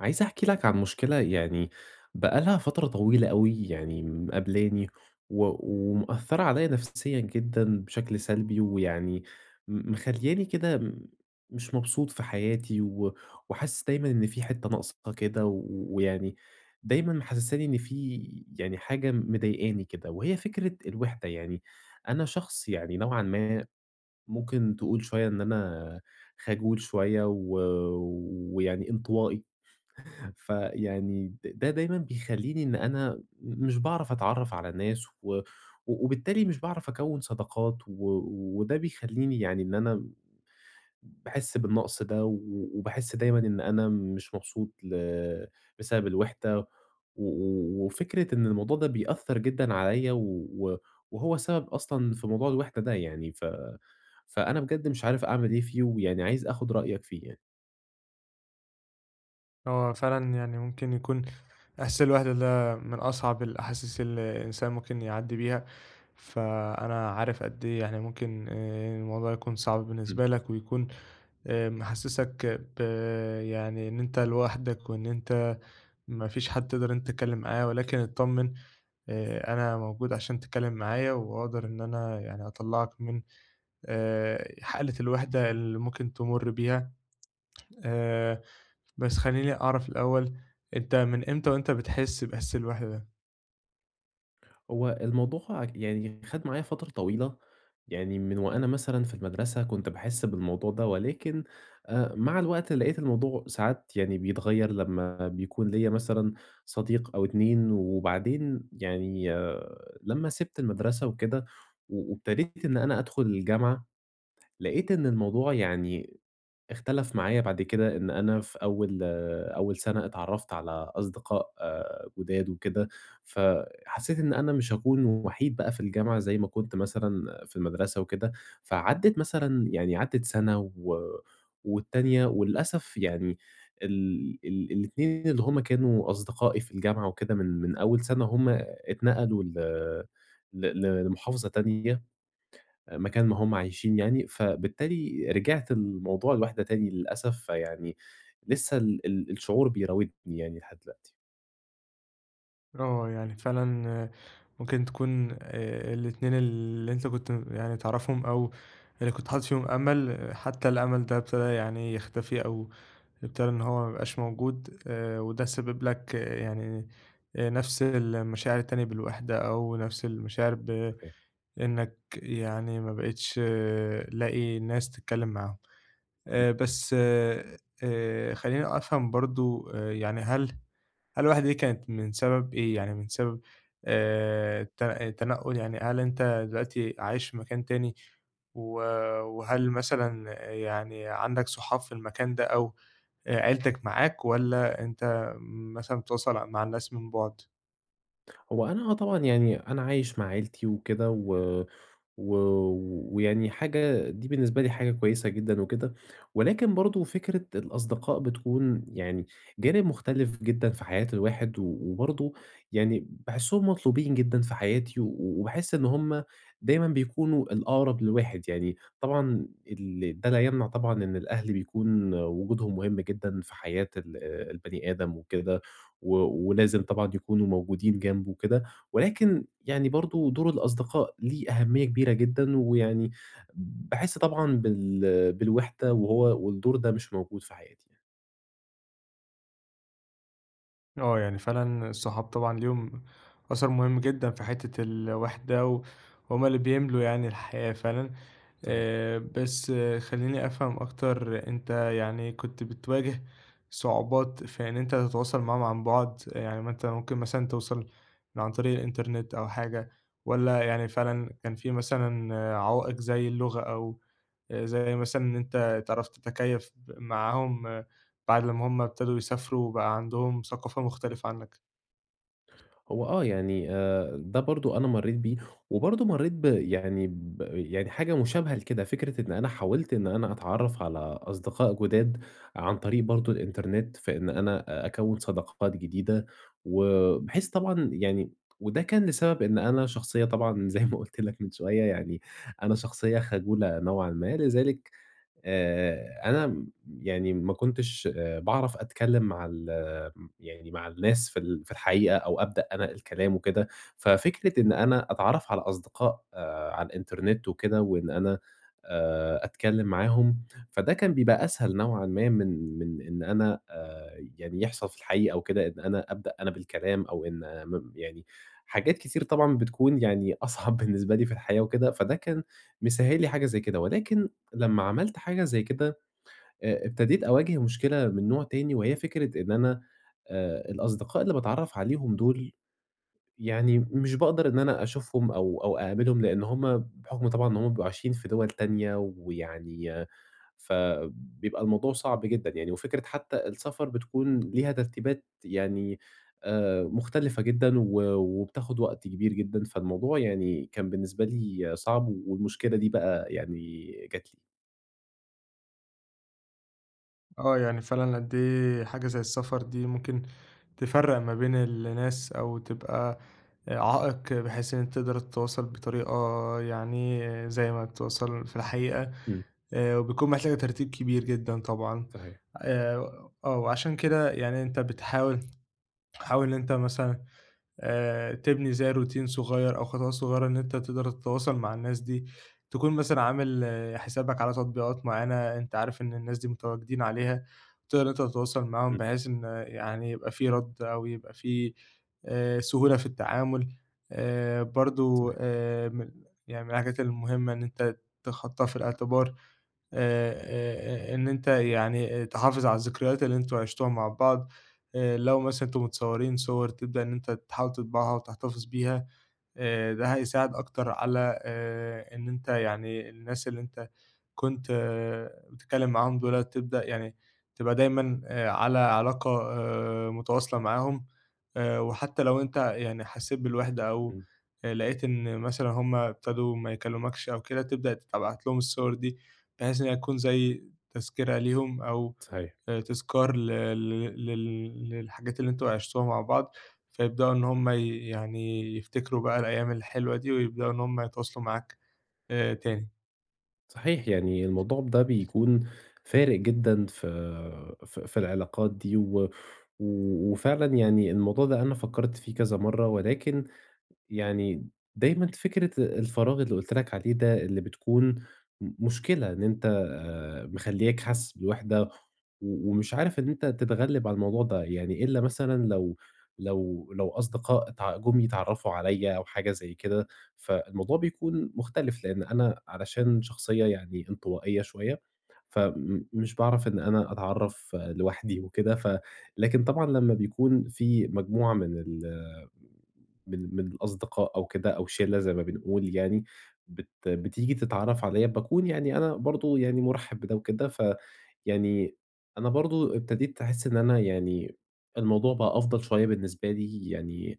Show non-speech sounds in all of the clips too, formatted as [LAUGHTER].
عايز أحكي لك عن مشكلة، يعني بقى لها فترة طويلة أوي يعني مقابلاني، و ومأثّرة عليّا نفسيًا جدًا بشكل سلبي، ويعني مخلّياني كده، مش مبسوط في حياتي، و وحاسس دايمًا إن في حتّة ناقصة كده، ويعني دايمًا محسّساني إن في يعني حاجة مضايقاني كده، وهي فكرة الوِحدة. يعني أنا شخص يعني نوعًا ما ممكن تقول شوية إن أنا خجول شوية، و ويعني انطوائي. فيعني ده دايمًا بيخلّيني إن أنا مش باعرف أتعرّف على الناس، و و- وبالتالي مش باعرف أكوّن صداقات، و وده بيخلّيني يعني إن أنا باحس بالنقص ده، و وباحس دايمًا إن أنا مش مبسوط بسبب الوِحدة، و و وفكرة إن الموضوع ده بيأثّر جدًا عليّا، و... وهو سبب أصلًا في موضوع الوِحدة ده. يعني فأنا بجد مش عارف أعمل إيه فيه، ويعني عايز آخُد رأيك فيه هو فعلًا يعني ممكن يكون إحساس الوحدة ده من أصعب الأحاسيس اللي الإنسان ممكن يعدّي بيها، فأنا عارف قد إيه يعني ممكن الموضوع يكون صعب يعني. بالنسبة لك، ويكون محسّسك ب يعني إن أنت لوحدك، وإن أنت ما فيش حد تقدر إن أنت تتكلّم معاه، ولكن اتطمّن، أنا موجود عشان تتكلّم معايا، وأقدر إن أنا يعني أطلّعك من حالة الوحدة اللي ممكن تمُر بيها. آآ بس خلّيني أعرف الأول، أنت من إمتى وأنت بتحس بإحساس الوحدة ده؟ هو الموضوع يعني خد معايا فترة طويلة، يعني من وأنا مثلًا في المدرسة كنت باحس بالموضوع ده، ولكن مع الوقت لقيت الموضوع ساعات يعني بيتغيّر لمّا بيكون ليّا مثلًا صديق أو 2، وبعدين يعني آه، لمّا سِبت المدرسة وكده و وابتديت إن أنا أدخل الجامعة، لقيت إن الموضوع يعني اختلف معايا بعد كده. إن أنا في أول سَنة اتعرّفت على أصدقاء جُداد وكده، فحسّيت إن أنا مش هاكون وحيد بقى في الجامعة زي ما كنت مثلًا في المدرسة وكده. فعدّت مثلًا يعني عدّت سَنة و والتانية، وللأسف يعني ال ال الاتنين اللي هم كانوا أصدقائي في الجامعة وكده من أول سَنة، هم اتنقلوا ل ل لمحافظة تانية، مكان ما هم عايشين يعني، فبالتالي رجعت لموضوع الوحدة تاني للأسف. فيعني لسه ال ال الشعور بيراودني يعني لحد دلوقتي. آه، يعني فعلًا، ممكن تكون الاتنين اللي أنت كنت يعني تعرفهم، أو اللي كنت حاطط فيهم أمل، حتى الأمل ده ابتدى يعني يختفي، أو ابتدى إن هو ما يبقاش موجود. وده سبب لك، يعني نفس المشاعر التانية بالوحدة، أو نفس المشاعر صحيح. بإنك يعني ما بقيتش لاقي ناس تتكلّم معاهم. بس، خلّيني أفهم برضه، يعني هل الواحدة دي كانت من سبب إيه؟ يعني من سبب التنقُّل، يعني هل أنت دلوقتي عايش في مكان تاني، و وهل مثلًا يعني عندك صحاب في المكان ده، أو عيلتك معاك، والّا أنت مثلًا بتتواصل مع الناس من بُعد؟ هو أنا آه، طبعًا يعني أنا عايش مع عيلتي وكده، و و ويعني حاجة دي بالنسبة لي حاجة كويسة جدًا وكده. ولكن برضه فكرة الأصدقاء بتكون يعني جانب مختلف جدًا في حياة الواحد، و وبرضه يعني باحسّهم مطلوبين جدًا في حياتي، و وباحس إن هُم دايمًا بيكونوا الأقرب للواحد. يعني طبعًا ده لا يمنع طبعًا إن الأهل بيكون وجودهم مهم جدًا في حياة البني آدم وكده، و ولازم طبعًا يكونوا موجودين جنبه وكده. ولكن يعني برضه دور الأصدقاء ليه أهمية كبيرة جدًا، ويعني باحس طبعًا بالوحدة وهو والدور ده مش موجود في حياتي يعني. آه، يعني فعلًا الصحاب طبعًا ليهم أثر مهم جدًا في حتّة الوحدة، وهُم اللي بيملوا يعني الحياة فعلًا. صحيح. بس، خلّيني أفهم أكتر. أنت يعني كنت بتواجه صعوبات في إن أنت تتواصل معاهم عن بُعد؟ يعني ما أنت ممكن مثلًا توصل من عن طريق الإنترنت أو حاجة، والّا يعني فعلًا كان في مثلًا عوائق زي اللغة، أو زي مثلًا إن أنت تعرف تتكيّف معاهم بعد لمّا هم ابتدوا يسافروا وبقى عندهم ثقافة مختلفة عنّك؟ هو آه، يعني ده برضه أنا مرّيت بيه، وبرضه مرّيت يعني يعني حاجة مشابهة لكده. فكرة إن أنا حاولت إن أنا أتعرّف على أصدقاء جُداد عن طريق برضه الإنترنت، في إن أنا أكوّن صداقات جديدة، وبحيث طبعًا يعني وده كان لسبب إن أنا شخصية طبعًا [LAUGHS] زي ما قُلت لك من شوية. يعني أنا شخصية خجولة نوعًا ما، لذلك أنا يعني ما كنتش باعرف أتكلّم مع يعني مع الناس في الحقيقة، أو أبدأ أنا الكلام وكده. ففكرة إن أنا أتعرّف على أصدقاء على الإنترنت وكده، وإن أنا أتكلّم معاهم، فده كان بيبقى أسهل نوعًا ما من إن أنا يعني يحصل في الحقيقة أو كده إن أنا أبدأ أنا بالكلام، أو إن يعني حاجات كتير طبعًا بتكون يعني أصعب [LAUGHS] بالنسبة لي في الحياة وكده. فده كان مسهّل لي حاجة زي كده، ولكن لمّا عملت حاجة زي كده، ابتديت أواجه مشكلة من نوع تاني، وهي فكرة إن أنا الأصدقاء اللي باتعرّف عليهم دول يعني مش باقدر إن أنا أشوفهم أو أقابلهم، لإن هُم بحُكم طبعًا إن هُم بيبقوا عايشين في دول تانية ويعني فبيبقى الموضوع صعب جدًا يعني. وفكرة حتى السفر بتكون ليها ترتيبات يعني مختلفة جدًا، و وبتاخد وقت كبير جدًا. فالموضوع يعني كان بالنسبة لي صعب، والمشكلة دي بقى يعني جات لي. آه، يعني فعلًا قد إيه حاجة زي السفر دي ممكن تفرّق ما بين الناس، أو تبقى عائق بحيث إن أنت تقدر تتواصل بطريقة، يعني زي ما بتتواصل في الحقيقة. إمم. وبتكون محتاجة ترتيب كبير جدًا طبعًا. صحيح، آآ وعشان كده يعني أنت بتحاول، حاول إن أنت مثلًا تبني زي روتين صغير، أو خطوات صغيرة إن أنت تقدر تتواصل مع الناس دي، تكون مثلًا عامل حسابك على تطبيقات معيّنة أنت عارف إن الناس دي متواجدين عليها، تقدر إن أنت تتواصل معاهم، إمم. بحيث إن يعني يبقى في رَد، أو يبقى في سهولة في التعامل. برضه، صحيح. يعني من الحاجات المهمة إن أنت تحطها في الاعتبار. آآ، إن أنت يعني تحافظ على الذكريات اللي أنتم عِشتوها مع بعض. لو مثلًا أنتم متصورين صور، تبدأ إن أنت تحاول تطبعها وتحتفظ بيها. ده هيساعد أكتر على، إن أنت يعني الناس اللي أنت كنت بتتكلّم معاهم دُولة، تبدأ يعني تبقى دايمًا على علاقة متواصلة معاهم. وحتّى لو أنت يعني حسّيت بالوِحدة، أو إمم. لقيت إن مثلًا هم ابتدوا ما يكلّمكش أو كده، تبدأ تبعت لهم الصور دي، بحيث إن هي تكون زي تذكرة ليهم، أو صحيح. تذكار ل ل لل للحاجات اللي أنتم عِشتوها مع بعض، فيبدأوا إن هم يعني يفتكروا بقى الأيام الحلوة دي، ويبدأوا إن هم يتواصلوا معاك تاني. صحيح، يعني الموضوع ده بيكون فارق جدًا في في العلاقات دي، و و وفعلًا يعني الموضوع ده أنا فكّرت فيه كذا مرّة. ولكن يعني دايمًا فكرة الفراغ اللي قُلت لك عليه ده، اللي بتكون مشكلة إن أنت مخلّياك حاسس بالوحدة، و ومش عارف إن أنت تتغلِّب على الموضوع ده. يعني إلا مثلًا لو أصدقاء جُم يتعرّفوا عليّا أو حاجة زي كده، فالموضوع بيكون مختلف، لإن أنا علشان شخصية يعني انطوائية شوية، مش باعرف إن أنا أتعرّف آه، لوحدي وكده. لكن طبعًا لمّا بيكون في مجموعة من ال من من الأصدقاء أو كده أو شِلّة زي ما بنقول يعني، بتيجي تتعرّف عليَّ، باكون يعني أنا برضه يعني مُرحِب بده وكده. فيعني أنا برضه ابتديت أحس إن أنا يعني الموضوع بقى أفضل شوية بالنسبة لي. يعني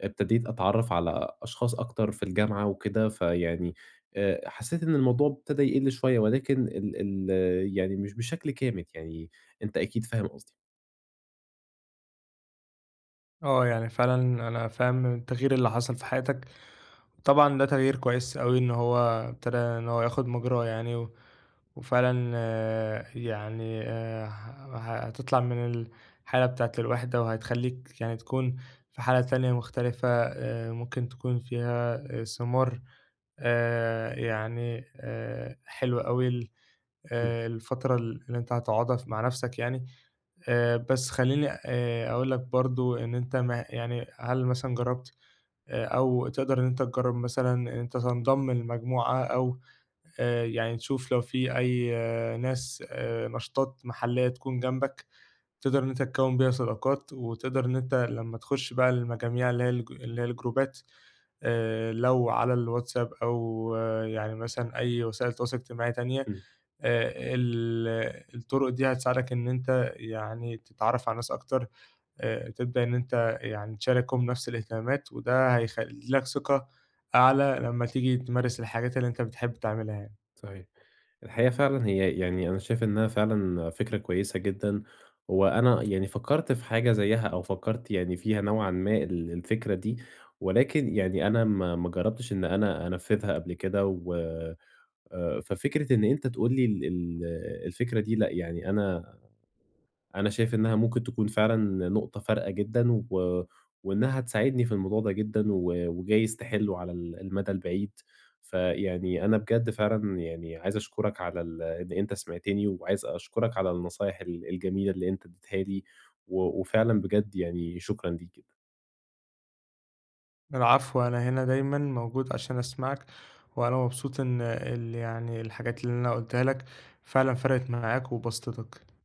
ابتديت أتعرّف على أشخاص أكتر في الجامعة وكده، فيعني حسّيت إن الموضوع ابتدى يقِل شوية، ولكن ال ال يعني مش بشكل كامل يعني. أنت أكيد فاهم قصدي. آه، يعني فعلًا أنا فاهم التغيير اللي حصل في حياتك. طبعًا ده تغيير كويس أوي إن هو ابتدى إن هو ياخد مجراه يعني. وفعلًا يعني هتطلع من الحالة بتاعة الوحدة، وهتخلّيك يعني تكون في حالة تانية مختلفة، ممكن تكون فيها ثمار يعني حلوة أوي ال إمم، الفترة اللي أنت هتقعدها مع نفسك يعني. بس خلّيني أقول لك برضه، إن أنت ما يعني هل مثلًا جرّبت، أو تقدر إن أنت تجرّب مثلًا إن أنت تنضم لمجموعة، أو يعني تشوف لو في أي ناس، نشاطات محلية تكون جنبك، تقدر إن أنت تكوّن بيها صداقات، وتقدر إن أنت لمّا تخش بقى المجاميع اللي هي الجروبات، لو على الواتساب، أو يعني مثلًا أي وسائل تواصل اجتماعي تانية. إمم، آآ، ال الطُرق دي هتساعدك إن أنت يعني تتعرّف على ناس أكتر. تبدأ إن أنت يعني تشاركهم نفس الاهتمامات، وده هيخلّي لك ثقة أعلى لمّا تيجي تمارس الحاجات اللي أنت بتحب تعملها يعني. صحيح. الحقيقة فعلًا هي يعني أنا شايف إنها فعلًا فكرة كويسة جدًا، وأنا يعني فكّرت في حاجة زيّها، أو فكّرت يعني فيها نوعًا ما الفكرة دي، ولكن يعني أنا ما جرّبتش إن أنا أنفّذها قبل كده. و ففكرة إن أنت تقول لي ال ال الفكرة دي لأ، يعني أنا شايف إنها ممكن تكون فعلًا نقطة فارقة جدًا، و وإنها هتساعدني في الموضوع ده جدًا، و وجايز تحِلّه على المدى البعيد. فيعني أنا بجد فعلًا يعني عايز أشكرك على إن أنت سمعتني، وعايز أشكرك على النصايح الجميلة اللي أنت اديتها لي، و وفعلًا بجد يعني شكرًا ليك جدًا. العفو، أنا هنا دايمًا موجود عشان أسمعك، وأنا مبسوط إن يعني الحاجات اللي أنا قُلتها لك فعلًا فرقت معاك وبسطتك.